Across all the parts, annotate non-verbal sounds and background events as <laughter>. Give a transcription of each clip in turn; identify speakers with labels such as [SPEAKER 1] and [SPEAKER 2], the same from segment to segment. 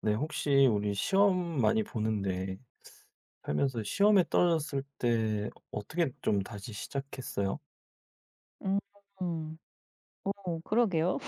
[SPEAKER 1] 네, 혹시 우리 시험 많이 보는데 살면서 시험에 떨어졌을 때 어떻게 좀 다시 시작했어요?
[SPEAKER 2] 음. 그러게요.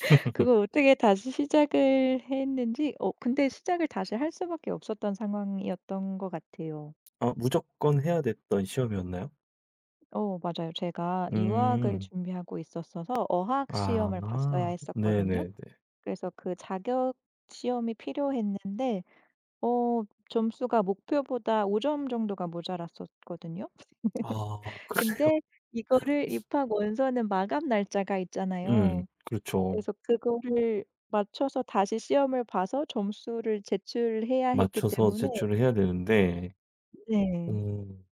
[SPEAKER 2] <laughs> 그걸 어떻게 다시 시작을 했는지 근데 시작을 다시 할 수밖에 없었던 상황이었던 것 같아요.
[SPEAKER 1] 아, 무조건 해야 됐던 시험이었나요?
[SPEAKER 2] 맞아요. 제가 유학을
[SPEAKER 1] 음.
[SPEAKER 2] 준비하고 있었어서 어학
[SPEAKER 1] 아,
[SPEAKER 2] 시험을 봤어야 했었거든요.
[SPEAKER 1] 네네네.
[SPEAKER 2] 그래서 그 자격 시험이 필요했는데 어 점수가 목표보다 5점 정도가 모자랐었거든요.
[SPEAKER 1] 아, <laughs> 그래요?
[SPEAKER 2] 근데 이거를 입학 원서는 마감 날짜가 있잖아요.
[SPEAKER 1] 그렇죠.
[SPEAKER 2] 그래서 그거를 맞춰서 다시 시험을 봐서 점수를 제출해야 했기
[SPEAKER 1] 맞춰서
[SPEAKER 2] 때문에
[SPEAKER 1] 제출을 해야 되는데,
[SPEAKER 2] 네.
[SPEAKER 1] 음,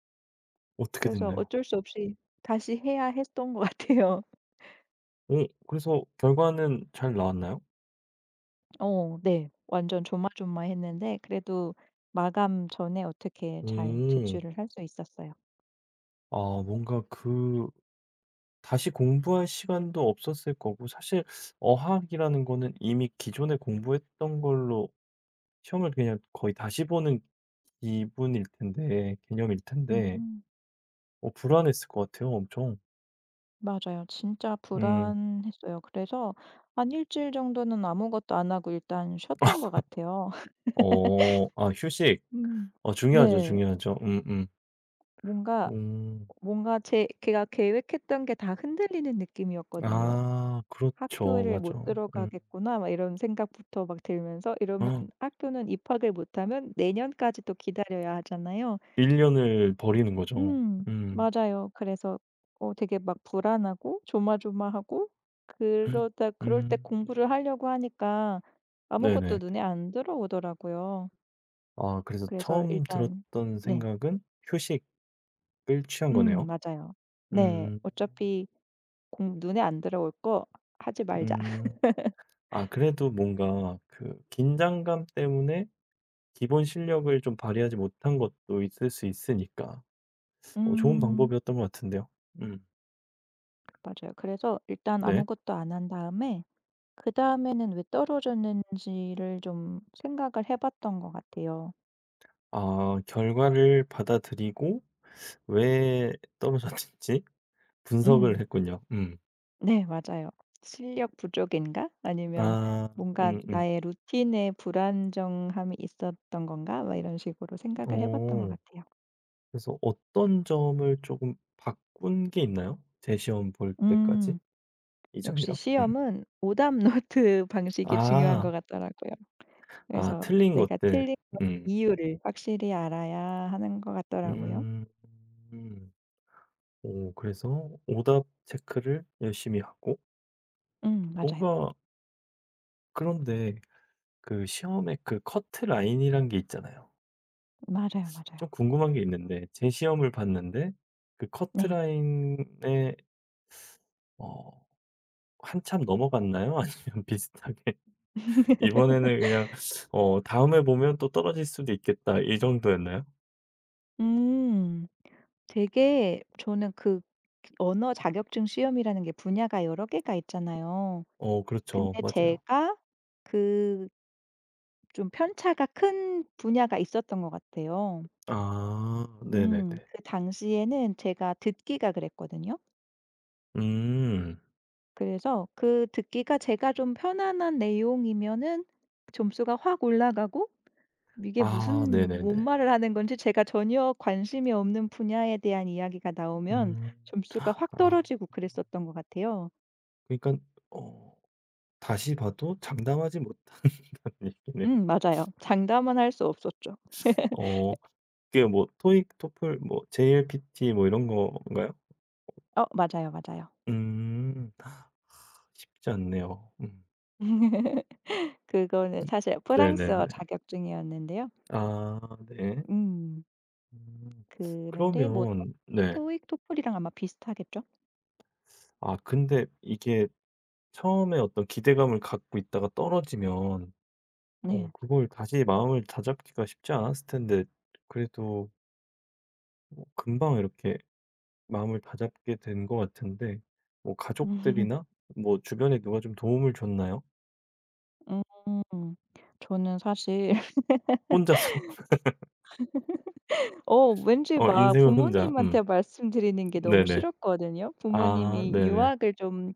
[SPEAKER 1] 어떻게
[SPEAKER 2] 그래서
[SPEAKER 1] 됐나요?
[SPEAKER 2] 어쩔 수 없이 다시 해야 했던 것 같아요.
[SPEAKER 1] 그래서 결과는 잘 나왔나요?
[SPEAKER 2] <laughs> 네. 완전 조마조마했는데 그래도 마감 전에 어떻게 잘
[SPEAKER 1] 음,
[SPEAKER 2] 제출을 할 수 있었어요.
[SPEAKER 1] 아, 뭔가 그 다시 공부할 시간도 없었을 거고 사실 어학이라는 거는 이미 기존에 공부했던 걸로 시험을 그냥 거의 다시 보는 기분일 텐데 개념일 텐데
[SPEAKER 2] 음.
[SPEAKER 1] 어 불안했을 것 같아요 엄청.
[SPEAKER 2] 맞아요. 진짜
[SPEAKER 1] 음.
[SPEAKER 2] 불안했어요. 그래서 한 일주일 정도는 아무것도 안 하고 일단 쉬었던 것 같아요. <laughs>
[SPEAKER 1] 어. 아 휴식.
[SPEAKER 2] 음.
[SPEAKER 1] 어 중요하죠,
[SPEAKER 2] 네.
[SPEAKER 1] 중요하죠. 음음. 음.
[SPEAKER 2] 뭔가
[SPEAKER 1] 음,
[SPEAKER 2] 뭔가 제 걔가 계획했던 게 다 흔들리는 느낌이었거든요.
[SPEAKER 1] 아 그렇죠.
[SPEAKER 2] '학교를
[SPEAKER 1] 맞아.
[SPEAKER 2] 못
[SPEAKER 1] 음.
[SPEAKER 2] 들어가겠구나.' 막 이런 생각부터 막 들면서 이러면 학교는 입학을 못하면 내년까지 또 기다려야 하잖아요.
[SPEAKER 1] 1 년을 버리는 거죠.
[SPEAKER 2] 음
[SPEAKER 1] 음.
[SPEAKER 2] 맞아요. 그래서 되게 막 불안하고 조마조마하고 그러다 그럴 때
[SPEAKER 1] 음.
[SPEAKER 2] 공부를 하려고 하니까 아무것도
[SPEAKER 1] 네네네.
[SPEAKER 2] 눈에 안 들어오더라고요.
[SPEAKER 1] 아 그래서
[SPEAKER 2] 그래서
[SPEAKER 1] 처음
[SPEAKER 2] 일단
[SPEAKER 1] 들었던
[SPEAKER 2] 네.
[SPEAKER 1] 생각은 휴식. 을 취한 거네요.
[SPEAKER 2] 맞아요. 네.
[SPEAKER 1] 음.
[SPEAKER 2] 어차피 공 눈에 안 들어올 거 하지 말자. <laughs>
[SPEAKER 1] 음. 아 그래도 뭔가 그 긴장감 때문에 기본 실력을 좀 발휘하지 못한 것도 있을 수 있으니까 어 좋은
[SPEAKER 2] 음
[SPEAKER 1] 방법이었던 것 같은데요. 음.
[SPEAKER 2] 맞아요. 그래서 일단
[SPEAKER 1] 네.
[SPEAKER 2] 아무것도 안 한 다음에 그다음에는 왜 떨어졌는지를 좀 생각을 해 봤던 것 같아요.
[SPEAKER 1] 아 결과를 받아들이고 왜 떨어졌는지 분석을
[SPEAKER 2] 음.
[SPEAKER 1] 했군요. 음.
[SPEAKER 2] 네 맞아요. '실력 부족인가? 아니면
[SPEAKER 1] 아
[SPEAKER 2] 뭔가
[SPEAKER 1] 음음.
[SPEAKER 2] 나의 루틴에 불안정함이 있었던 건가?' 막 이런 식으로 생각을 해 봤던 것
[SPEAKER 1] 어
[SPEAKER 2] 같아요.
[SPEAKER 1] 그래서 어떤 점을 조금 바꾼 게 있나요? 재시험 볼 때까지
[SPEAKER 2] 음. 역시
[SPEAKER 1] 이전이랑? 음.
[SPEAKER 2] 시험은 오답 노트 <laughs> 방식이 중요한
[SPEAKER 1] 아.
[SPEAKER 2] 것 같더라고요.
[SPEAKER 1] 아
[SPEAKER 2] 그래서
[SPEAKER 1] 틀린
[SPEAKER 2] 내가
[SPEAKER 1] 것들.
[SPEAKER 2] 틀린 거
[SPEAKER 1] 음.
[SPEAKER 2] 이유를 확실히 알아야 하는 것 같더라고요.
[SPEAKER 1] 음. 음. 오 그래서 오답 체크를 열심히 하고
[SPEAKER 2] 맞아요.
[SPEAKER 1] 뭔가 그런데 그 시험에 그 커트 라인이란 게 있잖아요.
[SPEAKER 2] 맞아요, 맞아요.
[SPEAKER 1] 좀 궁금한 게 있는데 제 시험을 봤는데 그 커트
[SPEAKER 2] 네.
[SPEAKER 1] 라인에 어 한참 넘어갔나요? <laughs> 아니면 비슷하게 <laughs>
[SPEAKER 2] <laughs>
[SPEAKER 1] '이번에는 그냥 어 다음에 보면 또 떨어질 수도 있겠다.' 이 정도였나요?
[SPEAKER 2] 음. 되게 저는 그 언어 자격증 시험이라는 게 분야가 여러 개가 있잖아요.
[SPEAKER 1] 어 그렇죠.
[SPEAKER 2] 근데
[SPEAKER 1] 맞아요.
[SPEAKER 2] 제가 그 좀 편차가 큰 분야가 있었던 것 같아요.
[SPEAKER 1] 아 네네네.
[SPEAKER 2] 음. 그 당시에는 제가 듣기가 그랬거든요.
[SPEAKER 1] 음.
[SPEAKER 2] 그래서 그 듣기가 제가 좀 편안한 내용이면은 점수가 확 올라가고 이게
[SPEAKER 1] 아
[SPEAKER 2] 무슨 뭔
[SPEAKER 1] 네네네.
[SPEAKER 2] 말을 하는 건지 제가 전혀 관심이 없는 분야에 대한 이야기가 나오면
[SPEAKER 1] 음.
[SPEAKER 2] 점수가 확
[SPEAKER 1] 아
[SPEAKER 2] 떨어지고 그랬었던 것 같아요.
[SPEAKER 1] 그러니깐 어 다시 봐도 장담하지 못한다는 <laughs> 얘기네요.
[SPEAKER 2] 맞아요. 장담은 할 수 없었죠.
[SPEAKER 1] 어 그게 뭐 토익, 토플, 뭐 JLPT 뭐 이런 건가요?
[SPEAKER 2] 맞아요, 맞아요.
[SPEAKER 1] 음. 쉽지 않네요. 음.
[SPEAKER 2] <laughs> 그거는 사실 프랑스어
[SPEAKER 1] 네네네.
[SPEAKER 2] 자격증이었는데요.
[SPEAKER 1] 아 네.
[SPEAKER 2] 음
[SPEAKER 1] 음.
[SPEAKER 2] 그런데 뭐 토
[SPEAKER 1] 그러면 네.
[SPEAKER 2] 토익, 토플이랑 아마 비슷하겠죠?
[SPEAKER 1] 아 근데 이게 처음에 어떤 기대감을 갖고 있다가 떨어지면
[SPEAKER 2] 네.
[SPEAKER 1] 어 그걸 다시 마음을 다잡기가 쉽지 않았을 텐데 그래도 뭐 금방 이렇게 마음을 다잡게 된 것 같은데 뭐
[SPEAKER 2] <laughs>
[SPEAKER 1] 가족들이나 뭐 주변에 누가 좀 도움을 줬나요?
[SPEAKER 2] 음. 저는 사실 <laughs>
[SPEAKER 1] 혼자서? <laughs>
[SPEAKER 2] 왠지
[SPEAKER 1] 어
[SPEAKER 2] 막
[SPEAKER 1] 인생은 혼자. 음.
[SPEAKER 2] 부모님한테 말씀드리는 게 너무
[SPEAKER 1] 네네.
[SPEAKER 2] 싫었거든요.
[SPEAKER 1] 아
[SPEAKER 2] 부모님이
[SPEAKER 1] 네네.
[SPEAKER 2] 유학을 좀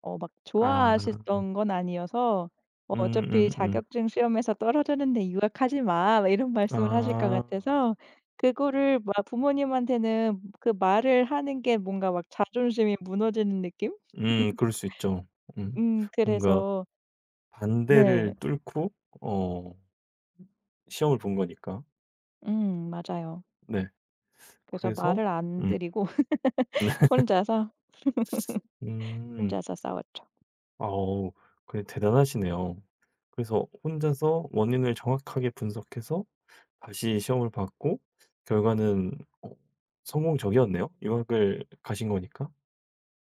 [SPEAKER 2] 막
[SPEAKER 1] 아.
[SPEAKER 2] 좋아하셨던 건 아니어서 "어차피
[SPEAKER 1] 음음음.
[SPEAKER 2] 자격증 시험에서 떨어졌는데 유학하지 마." 막 이런 말씀을 하실 것
[SPEAKER 1] 아.
[SPEAKER 2] 같아서 그거를 막 부모님한테는 그 말을 하는 게 뭔가 막 자존심이 무너지는 느낌?
[SPEAKER 1] 그럴 수 있죠. 음. 뭔가
[SPEAKER 2] 그래서 네.
[SPEAKER 1] 반대를 뚫고 어 시험을 본 거니까.
[SPEAKER 2] 맞아요.
[SPEAKER 1] 네.
[SPEAKER 2] 그래서
[SPEAKER 1] 그래서
[SPEAKER 2] 말을 안
[SPEAKER 1] 음.
[SPEAKER 2] 드리고 <laughs> 혼자서
[SPEAKER 1] 음.
[SPEAKER 2] 혼자서 싸웠죠.
[SPEAKER 1] 아우 그래 대단하시네요. 그래서 혼자서 원인을 정확하게 분석해서 다시 시험을 봤고 결과는 어 성공적이었네요. 유학을 가신 거니까.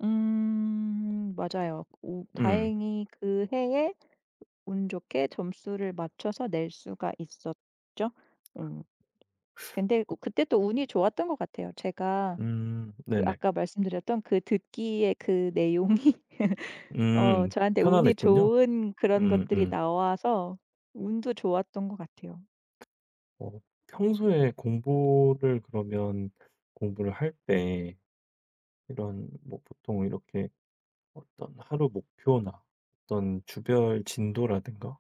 [SPEAKER 2] 맞아요.
[SPEAKER 1] 음.
[SPEAKER 2] 다행히 그 해에 운 좋게 점수를 맞춰서 낼 수가 있었죠. 음 근데 그때 또 운이 좋았던 것 같아요. 제가
[SPEAKER 1] 음.
[SPEAKER 2] 그
[SPEAKER 1] 네네.
[SPEAKER 2] 아까 말씀드렸던 그 듣기의 그 내용이 <laughs>
[SPEAKER 1] 음.
[SPEAKER 2] 저한테 운이
[SPEAKER 1] 편안했군요.
[SPEAKER 2] 좋은 그런
[SPEAKER 1] 음
[SPEAKER 2] 것들이
[SPEAKER 1] 음.
[SPEAKER 2] 나와서 운도 좋았던 것 같아요.
[SPEAKER 1] 어 평소에 공부를 그러면 공부를 할 때 이런 뭐 보통 이렇게 어떤 하루 목표나 어떤 주별 진도라든가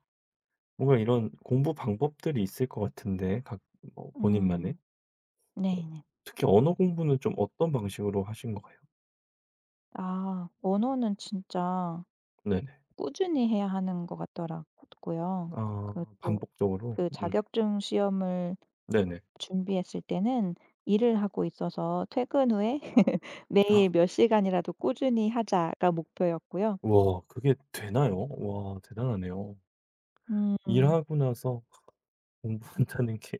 [SPEAKER 1] 뭔가 이런 공부 방법들이 있을 것 같은데 각 뭐 본인만의.
[SPEAKER 2] 음
[SPEAKER 1] 어
[SPEAKER 2] 네네.
[SPEAKER 1] 특히 언어 공부는 좀 어떤 방식으로 하신 거예요?
[SPEAKER 2] 아 언어는 진짜
[SPEAKER 1] 네네.
[SPEAKER 2] 꾸준히 해야 하는 것 같더라 고요. 그
[SPEAKER 1] 아
[SPEAKER 2] 또
[SPEAKER 1] 반복적으로?
[SPEAKER 2] 그
[SPEAKER 1] 음.
[SPEAKER 2] 자격증 시험을
[SPEAKER 1] 네네.
[SPEAKER 2] 준비했을 때는 일을 하고 있어서 퇴근 후에 <laughs>
[SPEAKER 1] 헉,
[SPEAKER 2] 매일 몇 시간이라도 꾸준히 하자가 목표였고요.
[SPEAKER 1] 와 그게 되나요? 와 대단하네요.
[SPEAKER 2] 음.
[SPEAKER 1] 일하고 나서 <laughs> 공부한다는 게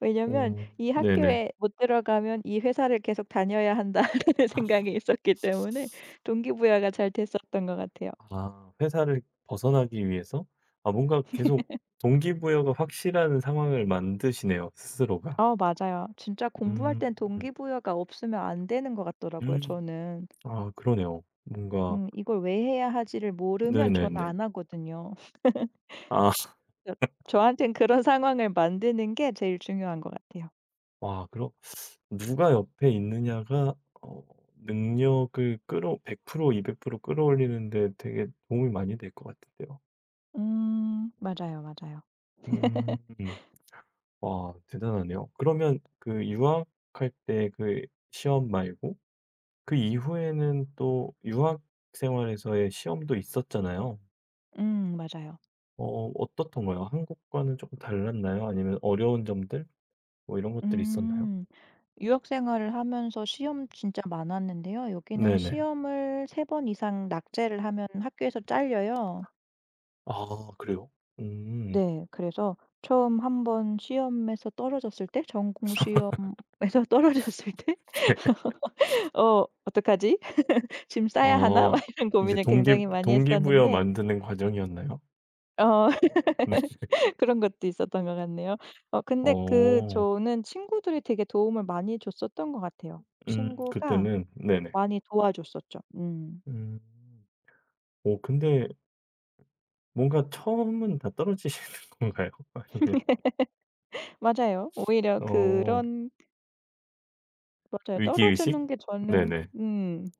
[SPEAKER 2] 왜냐면
[SPEAKER 1] 어
[SPEAKER 2] 이
[SPEAKER 1] 네네.
[SPEAKER 2] 학교에 못 들어가면 이 회사를 계속 다녀야 한다라는 <laughs> 생각이 있었기 때문에 동기부여가 잘 됐었던 것 같아요.
[SPEAKER 1] 아 회사를 벗어나기 위해서 아 뭔가 계속 동기부여가 확실한 상황을 만드시네요, 스스로가.
[SPEAKER 2] 아 맞아요. 진짜 공부할
[SPEAKER 1] 음.
[SPEAKER 2] 땐 동기부여가 없으면 안 되는 것 같더라고요
[SPEAKER 1] 음...
[SPEAKER 2] 저는.
[SPEAKER 1] 아 그러네요. 뭔가
[SPEAKER 2] 이걸 왜 해야 하지를 모르면 저는
[SPEAKER 1] 네네네.
[SPEAKER 2] 안 하거든요.
[SPEAKER 1] 아 <laughs>
[SPEAKER 2] <laughs> 저한텐 그런 상황을 만드는 게 제일 중요한 것 같아요.
[SPEAKER 1] 와그럼 누가 옆에 있느냐가 어 능력을 끌어 100% 200% 끌어올리는 데 되게 도움이 많이 될 것 같은데요.
[SPEAKER 2] 맞아요, 맞아요.
[SPEAKER 1] 음. 와 대단하네요. 그러면 그 유학할 때 그 시험 말고 그 이후에는 또 유학 생활에서의 시험도 있었잖아요.
[SPEAKER 2] 맞아요.
[SPEAKER 1] 어 어떻던가요? 한국과는 조금 달랐나요? 아니면 어려운 점들 뭐 이런 것들이 있었나요?
[SPEAKER 2] 음. 유학 생활을 하면서 시험 진짜 많았는데요. 여기는
[SPEAKER 1] 네네.
[SPEAKER 2] 시험을 3번 이상 낙제를 하면 학교에서 잘려요.
[SPEAKER 1] 아 그래요? 음.
[SPEAKER 2] 네. 그래서 처음 한번 시험에서 떨어졌을 때 전공 시험에서 <laughs> 떨어졌을 때 <laughs> '어 어떡하지? 짐 싸야 하나?'
[SPEAKER 1] 어
[SPEAKER 2] 막 이런
[SPEAKER 1] 이제
[SPEAKER 2] 고민을
[SPEAKER 1] 동기
[SPEAKER 2] 굉장히 많이
[SPEAKER 1] 동기부여
[SPEAKER 2] 했었는데
[SPEAKER 1] 만드는 과정이었나요?
[SPEAKER 2] 어
[SPEAKER 1] 네. <laughs>
[SPEAKER 2] <laughs> 그런 것도 있었던 것 같네요. 근데 그
[SPEAKER 1] 어.
[SPEAKER 2] 저는 친구들이 되게 도움을 많이 줬었던 것 같아요. 친구가
[SPEAKER 1] 그때는 네네.
[SPEAKER 2] 많이 도와줬었죠. 음.
[SPEAKER 1] 음. 오 근데 뭔가 처음은 다 떨어지시는 <laughs> 건가요? 아니면
[SPEAKER 2] 맞아요. 오히려
[SPEAKER 1] 어
[SPEAKER 2] 그런 맞아요.
[SPEAKER 1] 위기의식?
[SPEAKER 2] 떨어지는 게 저는
[SPEAKER 1] 네네.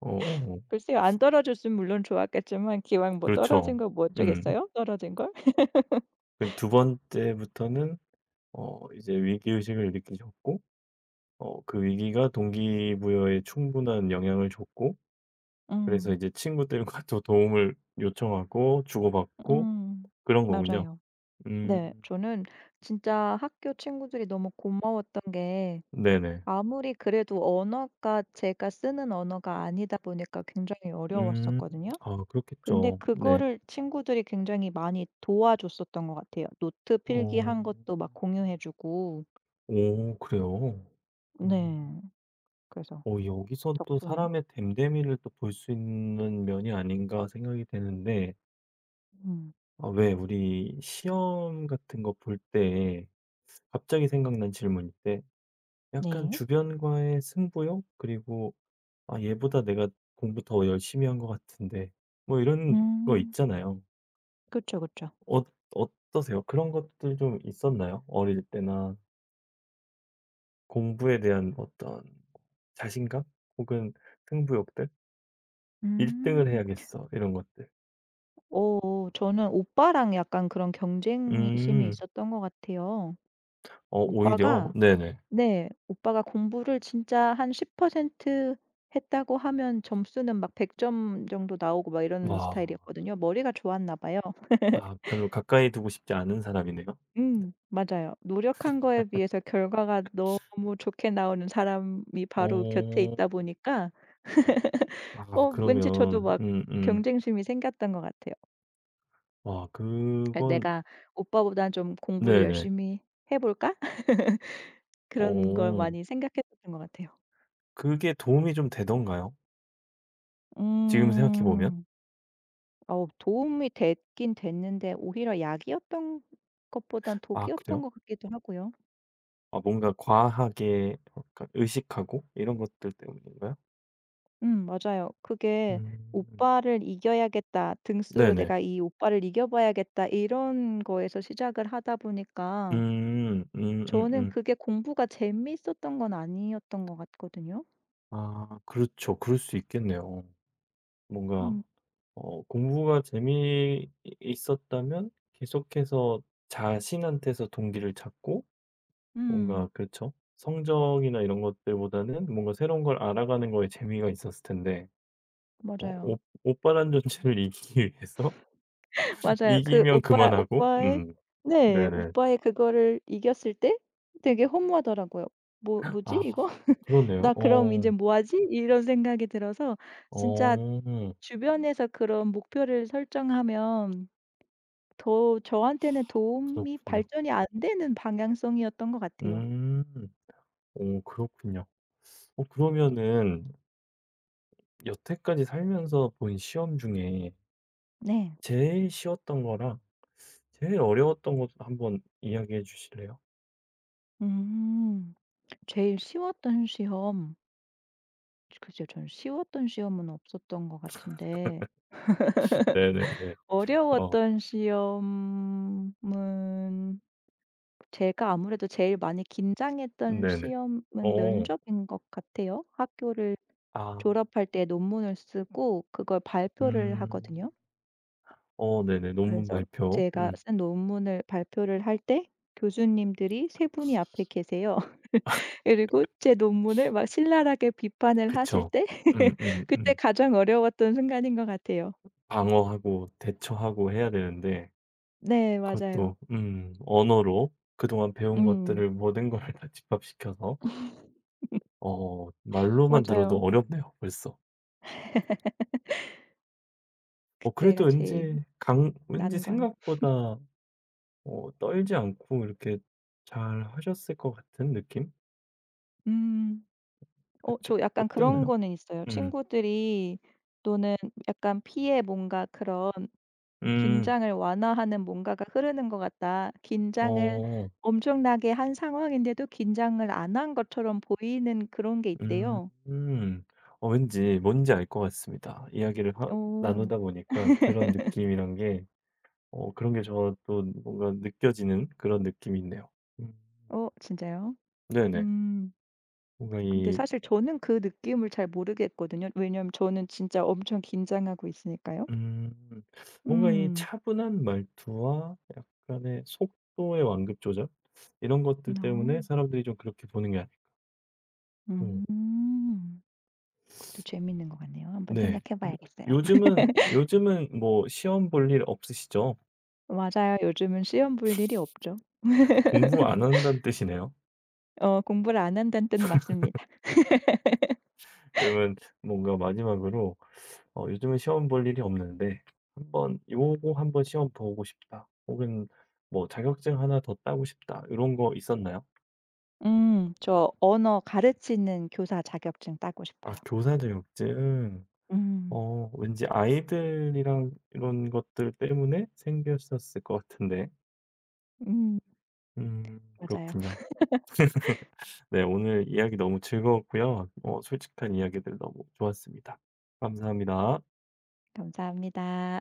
[SPEAKER 1] 어
[SPEAKER 2] 글쎄요. 안 떨어졌으면 물론 좋았겠지만 기왕 뭐 떨어진
[SPEAKER 1] 그렇죠.
[SPEAKER 2] 거 뭐
[SPEAKER 1] 음.
[SPEAKER 2] 어쩌겠어요? 떨어진 걸?
[SPEAKER 1] 그두 번째부터는 어 이제 위기의식을 느끼셨고 어 그 위기가 동기부여에 충분한 영향을 줬고 그래서
[SPEAKER 2] 음.
[SPEAKER 1] 이제 친구들과 <laughs> 또 도움을 요청하고 주고받고
[SPEAKER 2] 음.
[SPEAKER 1] 그런 거군요.
[SPEAKER 2] 맞아요. 네.
[SPEAKER 1] 음.
[SPEAKER 2] 저는 진짜 학교 친구들이 너무 고마웠던 게
[SPEAKER 1] 네네.
[SPEAKER 2] 아무리 그래도 언어가 제가 쓰는 언어가 아니다 보니까 굉장히
[SPEAKER 1] 음.
[SPEAKER 2] 어려웠었거든요.
[SPEAKER 1] 아
[SPEAKER 2] 근데
[SPEAKER 1] 그렇겠죠. 네.
[SPEAKER 2] 그거를 친구들이 굉장히 많이 도와줬었던 것 같아요. 노트
[SPEAKER 1] 어.
[SPEAKER 2] 필기한 것도 막 공유해 주고.
[SPEAKER 1] 오 그래요? 음.
[SPEAKER 2] 네. 그래서
[SPEAKER 1] 어 여기서 또
[SPEAKER 2] 덕분에.
[SPEAKER 1] '사람의 됨됨이를 또 볼 수 있는 면이 아닌가.' 생각이 되는데
[SPEAKER 2] 음
[SPEAKER 1] 아 왜 우리 시험 같은 거 볼 때 갑자기 생각난 질문인데 약간
[SPEAKER 2] 네.
[SPEAKER 1] 주변과의 승부욕 그리고 '아 얘보다 내가 공부 더 열심히 한 것 같은데.' 뭐 이런 거
[SPEAKER 2] 음.
[SPEAKER 1] 있잖아요.
[SPEAKER 2] 그쵸, 그쵸.
[SPEAKER 1] 어 어떠세요? 그런 것들 좀 있었나요? 어릴 때나 공부에 대한 어떤 자신감? 혹은 승부욕들? '1 등을
[SPEAKER 2] 음.
[SPEAKER 1] 해야겠어.' 이런 것들.
[SPEAKER 2] 저는 오빠랑 약간 그런 경쟁심이
[SPEAKER 1] 음.
[SPEAKER 2] 있었던 것 같아요.
[SPEAKER 1] 어 오히려?
[SPEAKER 2] 오빠가
[SPEAKER 1] 네네.
[SPEAKER 2] 네. 오빠가 공부를 진짜 한 10% 했다고 하면 점수는 막 100점 정도 나오고 막 이런
[SPEAKER 1] 와.
[SPEAKER 2] 스타일이었거든요. 머리가 좋았나 봐요.
[SPEAKER 1] 아 별로 가까이 두고 싶지 않은 사람이네요. 네.
[SPEAKER 2] 음. 맞아요. 노력한 거에 비해서 결과가 너무 좋게 나오는 사람이 바로 곁에
[SPEAKER 1] 어.
[SPEAKER 2] 있다 보니까
[SPEAKER 1] 아
[SPEAKER 2] 왠지 저도
[SPEAKER 1] 그러면
[SPEAKER 2] 막
[SPEAKER 1] 음음.
[SPEAKER 2] 경쟁심이 생겼던 것 같아요.
[SPEAKER 1] 와
[SPEAKER 2] 아
[SPEAKER 1] 그건
[SPEAKER 2] '내가 오빠보다 좀 공부를
[SPEAKER 1] 네네.
[SPEAKER 2] 열심히 해 볼까?' <laughs> 그런 걸
[SPEAKER 1] 어.
[SPEAKER 2] 많이 생각했었던 것 같아요.
[SPEAKER 1] 그게 도움이 좀 되던가요? 지금 생각해 보면?
[SPEAKER 2] 음. 어우 도움이 됐긴 됐는데 오히려 약이었던 것보단
[SPEAKER 1] 아
[SPEAKER 2] 독이었던
[SPEAKER 1] 그래요?
[SPEAKER 2] 것 같기도 하고요.
[SPEAKER 1] 아 뭔가 과하게 약간 의식하고 이런 것들 때문인가요?
[SPEAKER 2] 맞아요. 그게
[SPEAKER 1] 음.
[SPEAKER 2] '오빠를 이겨야겠다. 등수로
[SPEAKER 1] 네네.
[SPEAKER 2] 내가 이 오빠를 이겨 봐야겠다.' 이런 거에서 시작을 하다 보니까
[SPEAKER 1] 음.
[SPEAKER 2] 저는 그게 공부가 재미있었던 건 아니었던 것 같거든요.
[SPEAKER 1] 아 그렇죠. 그럴 수 있겠네요. 뭔가
[SPEAKER 2] 음.
[SPEAKER 1] 어 공부가 재미있었다면 계속해서 자신한테서 동기를 찾고 뭔가
[SPEAKER 2] 음.
[SPEAKER 1] 그렇죠. 성적이나 이런 것들보다는 뭔가 새로운 걸 알아가는 거에 재미가 있었을 텐데 어
[SPEAKER 2] 맞아요.
[SPEAKER 1] 오 오빠란 존재를 <laughs> 이기기 위해서 <laughs>
[SPEAKER 2] 맞아요. 그
[SPEAKER 1] 이기면
[SPEAKER 2] 오빠
[SPEAKER 1] 그만하고
[SPEAKER 2] 오빠의 네.
[SPEAKER 1] 네네.
[SPEAKER 2] 오빠의 그거를 이겼을 때 되게 허무하더라고요. '뭐지
[SPEAKER 1] 아
[SPEAKER 2] 이거? <laughs>
[SPEAKER 1] 그러네요.
[SPEAKER 2] 나 그럼 인제
[SPEAKER 1] 어.
[SPEAKER 2] 뭐 하지?' 이런 생각이 들어서 진짜
[SPEAKER 1] 어
[SPEAKER 2] 주변에서 그런 목표를 설정하면 더 저한테는 도움이
[SPEAKER 1] 그렇군요.
[SPEAKER 2] 발전이 안 되는 방향성이었던 것 같아요.
[SPEAKER 1] 음. 오 그렇군요. 어 그러면은 여태까지 살면서 본 시험 중에
[SPEAKER 2] 네.
[SPEAKER 1] 제일 쉬웠던 거랑 제일 어려웠던 것도 한번 이야기해 주실래요?
[SPEAKER 2] 음. 제일 쉬웠던 시험 글쎄요. 저는 쉬웠던 시험은 없었던 것 같은데
[SPEAKER 1] 네네네. 어.
[SPEAKER 2] 어려웠던 시험은 제가 아무래도 제일 많이 긴장했던
[SPEAKER 1] 네네.
[SPEAKER 2] 시험은
[SPEAKER 1] 어.
[SPEAKER 2] 면접인 것 같아요. 학교를
[SPEAKER 1] 아.
[SPEAKER 2] 졸업할 때 논문을 쓰고 그걸 발표를
[SPEAKER 1] 음.
[SPEAKER 2] 하거든요.
[SPEAKER 1] 어 네네. 논문
[SPEAKER 2] 그래서
[SPEAKER 1] 발표.
[SPEAKER 2] 제가
[SPEAKER 1] 음.
[SPEAKER 2] 쓴 논문을 발표를 할 때 교수님들이 세 분이 앞에 계세요. <laughs> 그리고 제 논문을 막 신랄하게 비판을 하실
[SPEAKER 1] 그쵸.
[SPEAKER 2] 때 <laughs> 그때
[SPEAKER 1] 음음음.
[SPEAKER 2] 가장 어려웠던 순간인 것 같아요.
[SPEAKER 1] 방어하고 대처하고 해야 되는데
[SPEAKER 2] 네 맞아요.
[SPEAKER 1] 그것도 언어로 그동안 배운
[SPEAKER 2] 음
[SPEAKER 1] 것들을 모든 걸 다 집합시켜서 어 말로만 들어도
[SPEAKER 2] 맞아요.
[SPEAKER 1] 어렵네요 벌써. 어 그래도
[SPEAKER 2] 그때가 제일
[SPEAKER 1] 왠지 강 왠지
[SPEAKER 2] 난관.
[SPEAKER 1] 생각보다 어 떨지 않고 이렇게 잘하셨을 것 같은 느낌?
[SPEAKER 2] 음.
[SPEAKER 1] 그쵸?
[SPEAKER 2] 저 약간 그런
[SPEAKER 1] 어땠나요?
[SPEAKER 2] 거는 있어요.
[SPEAKER 1] 음.
[SPEAKER 2] 친구들이 또는 약간 피에 뭔가 그런
[SPEAKER 1] 음.
[SPEAKER 2] 긴장을 완화하는 뭔가가 흐르는 것 같다. 긴장을
[SPEAKER 1] 어.
[SPEAKER 2] 엄청나게 한 상황인데도 긴장을 안 한 것처럼 보이는 그런 게
[SPEAKER 1] 음.
[SPEAKER 2] 있대요."
[SPEAKER 1] 음. 어 왠지 뭔지 알 것 같습니다. 이야기를 하
[SPEAKER 2] 오
[SPEAKER 1] 나누다 보니까 그런 느낌이란 게 어 그런 게 저도 뭔가 느껴지는 그런 느낌이 있네요. 음.
[SPEAKER 2] 진짜요?
[SPEAKER 1] 네네.
[SPEAKER 2] 음.
[SPEAKER 1] 뭔가
[SPEAKER 2] 근데
[SPEAKER 1] 이
[SPEAKER 2] 사실 저는 그 느낌을 잘 모르겠거든요. 왜냐면 저는 진짜 엄청 긴장하고 있으니까요.
[SPEAKER 1] 음 뭔가 이
[SPEAKER 2] 음.
[SPEAKER 1] 차분한 말투와 약간의 속도의 완급 조절 이런 것들
[SPEAKER 2] 어.
[SPEAKER 1] 때문에 사람들이 좀 그렇게 보는 게 아니고
[SPEAKER 2] 음. 그것도 재밌는 것 같네요. 한번
[SPEAKER 1] 네.
[SPEAKER 2] 생각해
[SPEAKER 1] 요
[SPEAKER 2] 봐야겠어요. <laughs>
[SPEAKER 1] 요즘은 요즘은 뭐 시험 볼 일 없으시죠?
[SPEAKER 2] 맞아요. 요즘은 시험 볼 일이 없죠.
[SPEAKER 1] 공부 안 한다는 뜻이네요.
[SPEAKER 2] 공부를 안 한다는 뜻 맞습니다.
[SPEAKER 1] 그러면 뭔가 마지막으로 어 요즘은 시험 볼 일이 없는데 '한번 요거 한번 시험 보고 싶다.' 혹은 뭐 '자격증 하나 더 따고 싶다.' 이런 거 있었나요?
[SPEAKER 2] 음. 저 언어 가르치는 교사 자격증 따고
[SPEAKER 1] 아
[SPEAKER 2] 싶어요.
[SPEAKER 1] 교사 자격증.
[SPEAKER 2] 음.
[SPEAKER 1] 어 왠지 아이들이랑 이런 것들 때문에 생겼었을 것 같은데.
[SPEAKER 2] 음. 맞아요. <laughs>
[SPEAKER 1] 그렇군요. 네 오늘 이야기 너무 즐거웠고요. 어 솔직한 이야기들 너무 좋았습니다. 감사합니다.
[SPEAKER 2] 감사합니다.